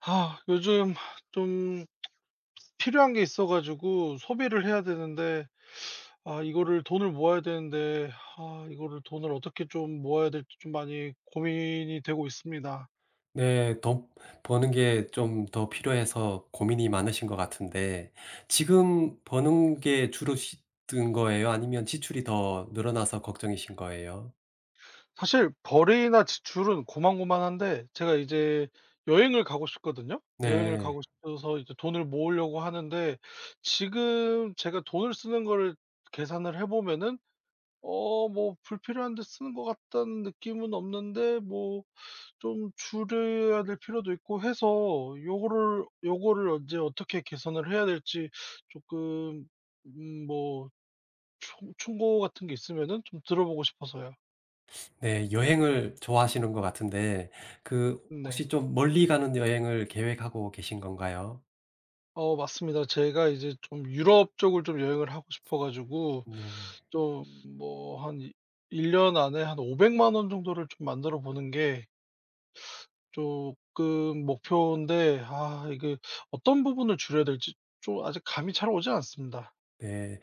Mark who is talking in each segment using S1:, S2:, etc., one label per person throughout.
S1: 아, 요즘 좀 필요한 게 있어 가지고 소비를 해야 되는데, 아 이거를 돈을 모아야 되는데, 아 이거를 돈을 어떻게 좀 모아야 될지 좀 많이 고민이 되고 있습니다.
S2: 네. 돈 버는 게 좀 더 필요해서 고민이 많으신 것 같은데 지금 버는 게 줄으시든 거예요? 아니면 지출이 더 늘어나서 걱정이신 거예요?
S1: 사실 벌이나 지출은 고만고만한데 제가 이제 여행을 가고 싶거든요. 여행을
S2: 네.
S1: 가고 싶어서 이제 돈을 모으려고 하는데, 지금 제가 돈을 쓰는 거를 계산을 해 보면은 뭐 불필요한 데 쓰는 것 같다는 느낌은 없는데, 뭐 좀 줄여야 될 필요도 있고 해서 요거를 언제 어떻게 개선을 해야 될지 조금, 뭐 충고 같은 게 있으면은 좀 들어보고 싶어서요.
S2: 네. 여행을 좋아하시는 것 같은데 그
S1: 네.
S2: 혹시 좀 멀리 가는 여행을 계획하고 계신 건가요?
S1: 어 맞습니다. 제가 이제 좀 유럽 쪽을 좀 여행을 하고 싶어 가지고,
S2: 네.
S1: 좀 뭐 한일1년 안에 한5 0 0 원 정도를 좀 만들어 보는 게 조금 목표인데, 아 이게 어떤 부분을 줄여야 될지 좀 아직 감이 잘 오지 않습니다.
S2: 네.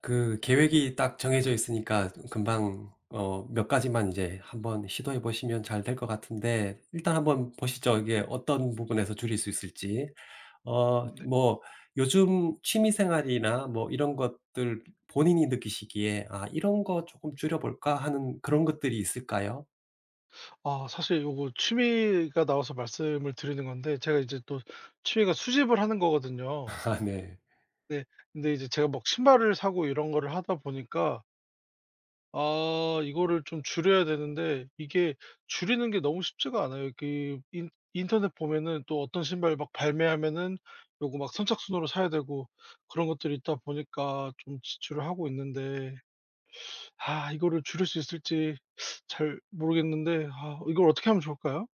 S2: 그 계획이 딱 정해져 있으니까 금방 몇 가지만 이제 한번 시도해 보시면 잘 될 것 같은데 일단 한번 보시죠. 이게 어떤 부분에서 줄일 수 있을지.
S1: 네.
S2: 뭐 요즘 취미 생활이나 뭐 이런 것들 본인이 느끼시기에 '아 이런 거 조금 줄여 볼까?' 하는 그런 것들이 있을까요?
S1: 아 사실 요거 취미가 나와서 말씀을 드리는 건데, 제가 이제 또 취미가 수집을 하는 거거든요.
S2: 아 네.
S1: 네. 근데 이제 제가 막 신발을 사고 이런 거를 하다 보니까, 아 이거를 좀 줄여야 되는데 이게 줄이는 게 너무 쉽지가 않아요. 그 인 인터넷 보면은 또 어떤 신발 막 발매하면은 요거 막 선착순으로 사야 되고, 그런 것들이 있다 보니까 좀 지출을 하고 있는데, 아 이거를 줄일 수 있을지 잘 모르겠는데, 아 이걸 어떻게 하면 좋을까요?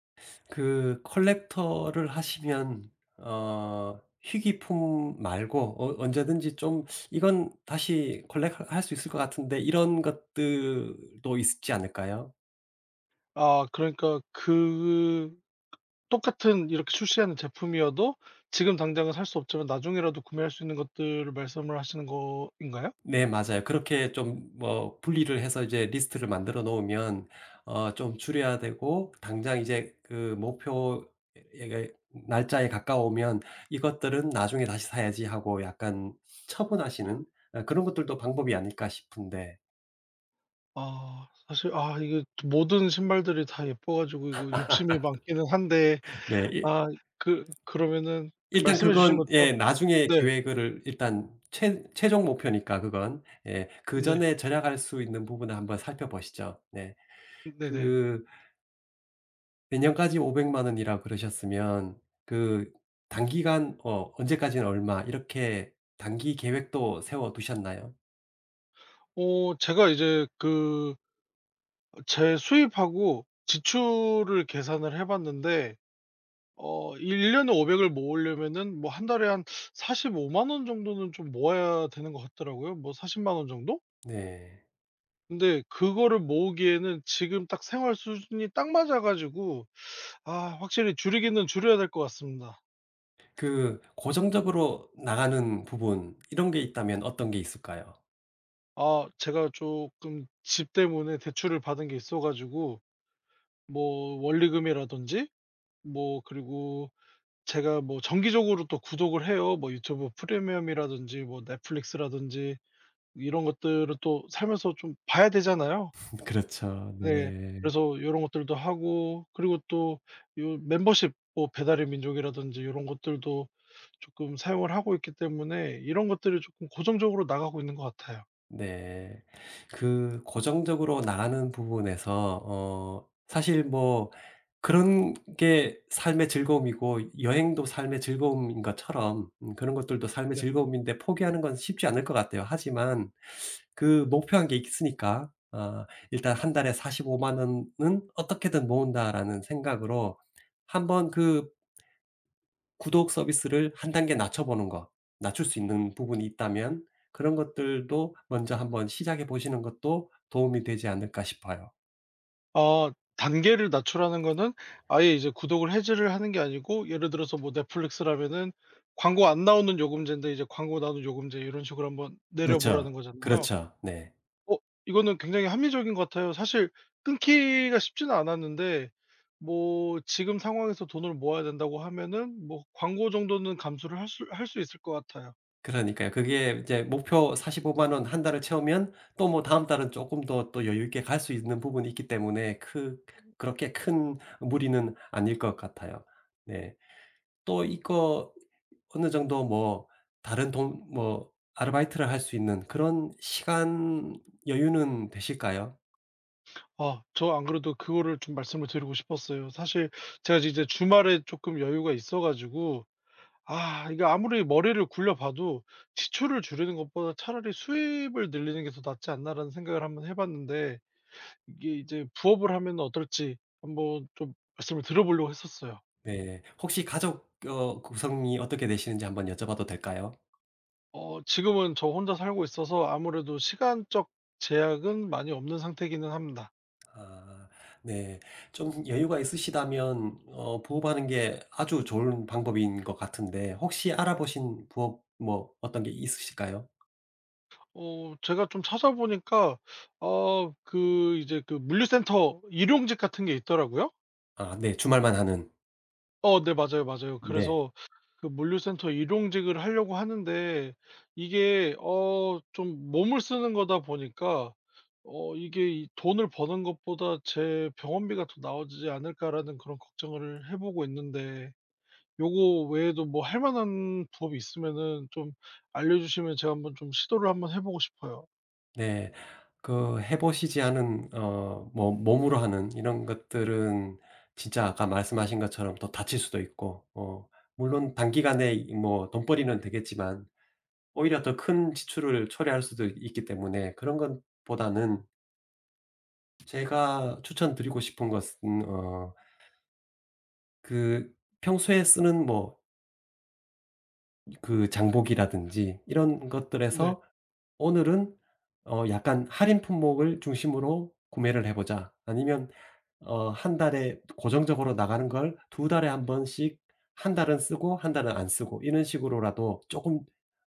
S2: 그 컬렉터를 하시면 희귀품 말고 언제든지 좀 '이건 다시 컬렉할 수 있을 것 같은데.' 이런 것들도 있지 않을까요?
S1: 아 그러니까 그, 똑같은 이렇게 출시하는 제품이어도 지금 당장은 살 수 없지만 나중에라도 구매할 수 있는 것들을 말씀을 하시는 거인가요?
S2: 네, 맞아요. 그렇게 좀 뭐 분리를 해서 이제 리스트를 만들어 놓으면 좀 줄여야 되고, 당장 이제 그 목표 에- 날짜에 가까우면 '이것들은 나중에 다시 사야지.' 하고 약간 처분하시는 그런 것들도 방법이 아닐까 싶은데.
S1: 아 사실, 아 이게 모든 신발들이 다 예뻐 가지고 이거 욕심이 많기는 한데.
S2: 네.
S1: 아 그, 그러면은 그
S2: 일단
S1: 말씀해 주신
S2: 그건,
S1: 것처럼.
S2: 예, 나중에
S1: 네.
S2: 계획을 일단 최 최종 목표니까 그건. 예.
S1: 네.
S2: 그전에 절약할 수 있는 부분을 한번 살펴보시죠. 네.
S1: 네네.
S2: 그 내년까지 5 0 0만 원이라고 그러셨으면 그 단기간 언제까지는 얼마, 이렇게 단기 계획도 세워 두셨나요?
S1: 어 제가 이제 그 제 수입하고 지출을 계산을 해 봤는데, 1 년에 500을 모으려면은 뭐 한 달에 한 4 5만원 정도는 좀 모아야 되는 것 같더라고요. 뭐 40만 원 정도?
S2: 네.
S1: 근데 그거를 모으기에는 지금 딱 생활 수준이 딱 맞아 가지고, 아 확실히 줄이기는 줄여야 될 것 같습니다.
S2: 그 고정적으로 나가는 부분 이런 게 있다면 어떤 게 있을까요?
S1: 아 제가 조금 집 때문에 대출을 받은 게 있어 가지고 뭐 원리금이라든지, 뭐 그리고 제가 뭐 정기적으로 또 구독을 해요. 뭐 유튜브 프리미엄이라든지 뭐 넷플릭스라든지 이런 것들을 또 살면서 좀 봐야 되잖아요.
S2: 그렇죠.
S1: 네.
S2: 네.
S1: 그래서 요런 것들도 하고, 그리고 또 요 멤버십 뭐 배달의 민족이라든지 요런 것들도 조금 사용을 하고 있기 때문에 이런 것들이 조금 고정적으로 나가고 있는 것 같아요.
S2: 네. 그 고정적으로 나가는 부분에서 사실 뭐 그런 게 삶의 즐거움이고, 여행도 삶의 즐거움인 것처럼 그런 것들도 삶의
S1: 네.
S2: 즐거움인데, 포기하는 건 쉽지 않을 것 같아요. 하지만 그 목표한 게 있으니까, 아, 일단 '한 달에 4 5오만 원은 어떻게든 모은다.'라는 생각으로 한번 그 구독 서비스를 한 단계 낮춰보는 것, 낮출 수 있는 부분이 있다면 그런 것들도 먼저 한번 시작해 보시는 것도 도움이 되지 않을까 싶어요.
S1: 아 단계를 낮추라는 거는 아예 이제 구독을 해지를 하는 게 아니고, 예를 들어서 뭐 넷플릭스라면은 광고 안 나오는 요금제인데 이제 광고 나오는 요금제, 이런 식으로 한번 내려 보라는
S2: 그렇죠.
S1: 거잖아요.
S2: 그렇죠. 네.
S1: 어 이거는 굉장히 합리적인 것 같아요. 사실 끊기가 쉽지는 않았는데, 뭐 지금 상황에서 돈을 모아야 된다고 하면은 뭐 광고 정도는 감수를 할 수 있을 것 같아요.
S2: 그러니까요. 그게 이제 목표 45만 원 한 달을 채우면 또 뭐 다음 달은 조금 더 또 여유 있게 갈 수 있는 부분이 있기 때문에 그 그렇게 큰 무리는 아닐 것 같아요. 네. 또 이거 어느 정도 뭐 다른 동 뭐 아르바이트를 할 수 있는 그런 시간 여유는 되실까요?
S1: 아 저 안 그래도 그거를 좀 말씀을 드리고 싶었어요. 사실 제가 이제 주말에 조금 여유가 있어 가지고, 아 이게 아무리 머리를 굴려 봐도 '지출을 줄이는 것보다 차라리 수입을 늘리는 게 더 낫지 않나.'라는 생각을 한번 해 봤는데, 이게 이제 부업을 하면 어떨지 한번 좀 말씀을 들어보려고 했었어요.
S2: 네. 혹시 가족 구성이 어떻게 되시는지 한번 여쭤봐도 될까요?
S1: 지금은 저 혼자 살고 있어서 아무래도 시간적 제약은 많이 없는 상태기는 합니다.
S2: 아 네. 좀 여유가 있으시다면 부업하는 게 아주 좋은 방법인 것 같은데, 혹시 알아보신 부업 뭐 어떤 게 있으실까요?
S1: 제가 좀 찾아보니까 그 이제 그 물류센터 일용직 같은 게 있더라고요.
S2: 아 네, 주말만 하는.
S1: 어 네 맞아요, 맞아요.
S2: 네.
S1: 그래서 그 물류센터 일용직을 하려고 하는데, 이게 좀 몸을 쓰는 거다 보니까, 이게 이 '돈을 버는 것보다 제 병원비가 더 나오지 않을까.'라는 그런 걱정을 해 보고 있는데, 요거 외에도 뭐 할 만한 부업이 있으면은 좀 알려주시면 제가 한번 좀 시도를 한번 해 보고 싶어요.
S2: 네. 그 해 보시지 않은 뭐 몸으로 하는 이런 것들은 진짜 아까 말씀하신 것처럼 더 다칠 수도 있고, 물론 단기간에 이 뭐 돈벌이는 되겠지만 오히려 더 큰 지출을 초래할 수도 있기 때문에, 그런 것보다는 제가 추천드리고 싶은 것은 그 평소에 쓰는 뭐 그 장보기라든지 이런
S1: 네.
S2: 것들에서 오늘은 약간 할인 품목을 중심으로 구매를 해 보자. 아니면 한 달에 고정적으로 나가는 걸 두 달에 한 번씩, 한 달은 쓰고 한 달은 안 쓰고 이런 식으로라도 쪼끔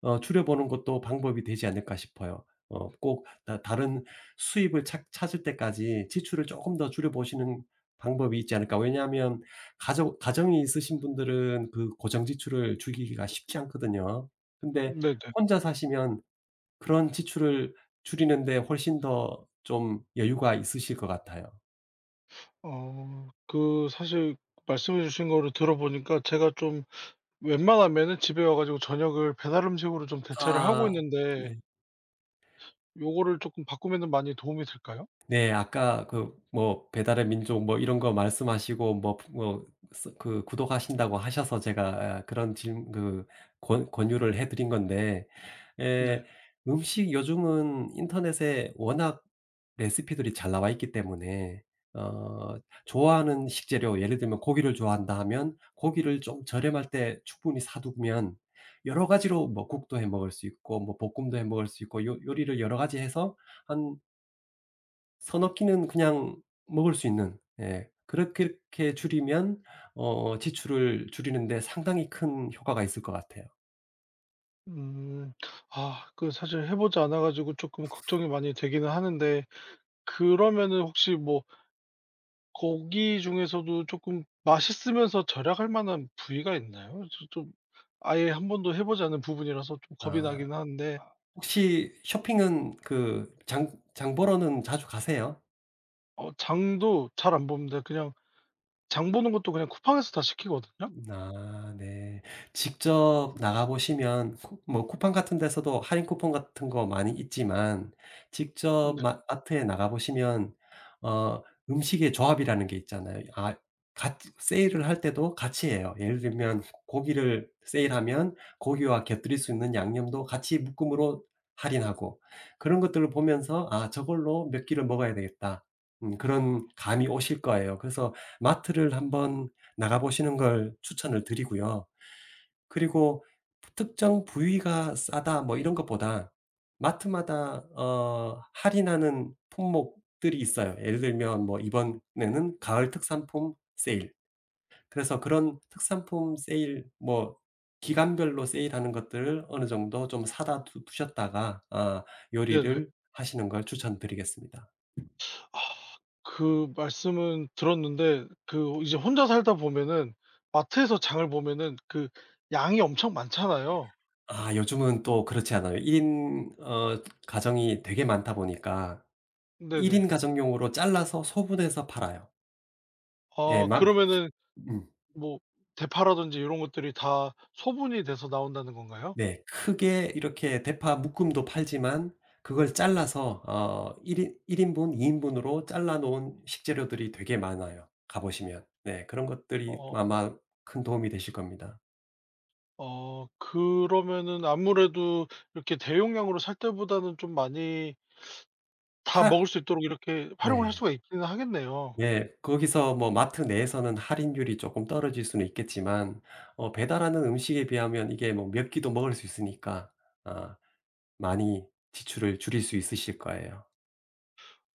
S2: 줄여 보는 것도 방법이 되지 않을까 싶어요. 꼭 다 다른 수입을 찾 찾을 때까지 지출을 쪼끔 더 줄여 보시는 방법이 있지 않을까. 왜냐하면 가정이 있으신 분들은 그 고정 지출을 줄이기가 쉽지 않거든요. 근데
S1: 네네.
S2: 혼자 사시면 그런 지출을 줄이는 데 훨씬 더 좀 여유가 있으실 것 같아요.
S1: 그 사실 말씀해 주신 거를 들어보니까, 제가 좀 웬만하면은 집에 와 가지고 저녁을 배달 음식으로 좀 대체를 하고
S2: 아.
S1: 있는데,
S2: 네.
S1: 요거를 조금 바꾸면은 많이 도움이 될까요?
S2: 네. 아까 그 뭐 배달의 민족 뭐 이런 거 말씀하시고 뭐뭐그 구독하신다고 하셔서 제가, 아, 그런 질 그 권 권유를 해 드린 건데.
S1: 네.
S2: 에 음식, 요즘은 인터넷에 워낙 레시피들이 잘 나와 있기 때문에, 어 좋아하는 식재료 예를 들면 고기를 좋아한다 하면 고기를 좀 저렴할 때 충분히 사 두면, 여러 가지로 뭐 국도 해 먹을 수 있고 뭐 볶음도 해 먹을 수 있고 요 요리를 여러 가지 해서 한 서너 끼는 그냥 먹을 수 있는, 예, 그렇게 게 줄이면 지출을 줄이는 데 상당히 큰 효과가 있을 것 같아요.
S1: 음. 아 그 사실 해 보지 않아 가지고 조금 걱정이 많이 되기는 하는데, 그러면은 혹시 뭐 고기 중에서도 조금 맛있으면서 절약할 만한 부위가 있나요? 저 좀 아예 한 번도 해 보지 않은 부분이라서 좀 겁이
S2: 아,
S1: 나긴 하는데.
S2: 혹시 쇼핑은 그 장 보러는 자주 가세요?
S1: 장도 잘 안 봅니다. 그냥 장 보는 것도 그냥 쿠팡에서 다 시키거든요.
S2: 아 네. 직접 나가 보시면 쿠 뭐 쿠팡 같은 데서도 할인 쿠폰 같은 거 많이 있지만 직접
S1: 네.
S2: 마 마트에 나가 보시면 어 음식의 조합이라는 게 있잖아요. 아, 같이 세일을 할 때도 같이 해요. 예를 들면, 고기를 세일하면 고기와 곁들일 수 있는 양념도 같이 묶음으로 할인하고, 그런 것들을 보면서 '아, 저걸로 몇 끼를 먹어야 되겠다.' 그런 감이 오실 거예요. 그래서 마트를 한번 나가 보시는 걸 추천을 드리고요. 그리고 특정 부위가 싸다 뭐 이런 것보다 마트마다 할인하는 품목들이 있어요. 예를 들면 뭐 이번에는 가을 특산품 세일. 그래서 그런 특산품 세일 뭐 기간별로 세일하는 것들을 어느 정도 좀 사다 두 두셨다가 아
S1: 네네.
S2: 요리를 하시는 걸 추천드리겠습니다.
S1: 아 그 말씀은 들었는데 그 이제 혼자 살다 보면은 마트에서 장을 보면은 그 양이 엄청 많잖아요.
S2: 아, 요즘은 또 그렇지 않아요. 1인 가정이 되게 많다 보니까 1
S1: 네네.
S2: 인 가정용으로 잘라서 소분해서 팔아요. 예.
S1: 아
S2: 막.
S1: 그러면은
S2: 음. 음.
S1: 뭐 대파라든지 요런 것들이 다 소분이 돼서 나온다는 건가요?
S2: 네. 크게 이렇게 대파 묶음도 팔지만 그걸 잘라서 1인일 인분, 2 인분으로 잘라 놓은 식재료들이 되게 많아요, 가 보시면. 네. 그런 것들이
S1: 어.
S2: 아마 큰 도움이 되실 겁니다.
S1: 어 그러면은 아무래도 이렇게 대용량으로 살 때보다는 좀 많이 다
S2: 하
S1: 먹을 수 있도록 이렇게 활용을 할
S2: 네.
S1: 수가 있기는 하겠네요.
S2: 네. 거기서 뭐 마트 내에서는 할인율이 조금 떨어질 수는 있겠지만 배달하는 음식에 비하면 이게 뭐 몇 끼도 먹을 수 있으니까, 아, 많이 지출을 줄일 수 있으실 거예요.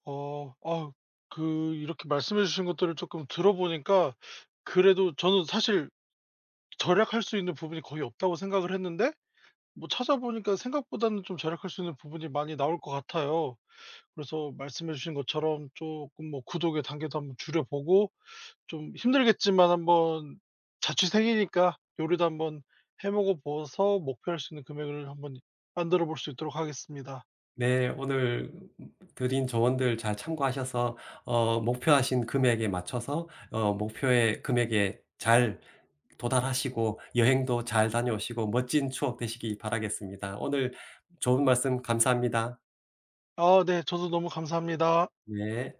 S1: 아 그 이렇게 말씀해 주신 것들을 조금 들어 보니까, 그래도 저는 사실 절약할 수 있는 부분이 거의 없다고 생각을 했는데, 뭐 찾아보니까 생각보다는 좀 절약할 수 있는 부분이 많이 나올 것 같아요. 그래서 말씀해 주신 것처럼 조금 뭐 구독의 단계도 한번 줄여 보고, 좀 힘들겠지만 한번 자취 생이니까 요리도 한번 해 먹어 보서 목표할 수 있는 금액을 한번 만들어 볼 수 있도록 하겠습니다.
S2: 네. 오늘 드린 조언들 잘 참고하셔서 목표하신 금액에 맞춰서 목표의 금액에 잘 도달하시고 여행도 잘 다녀오시고 멋진 추억 되시기 바라겠습니다. 오늘 좋은 말씀 감사합니다.
S1: 아 네. 저도 너무 감사합니다.
S2: 네.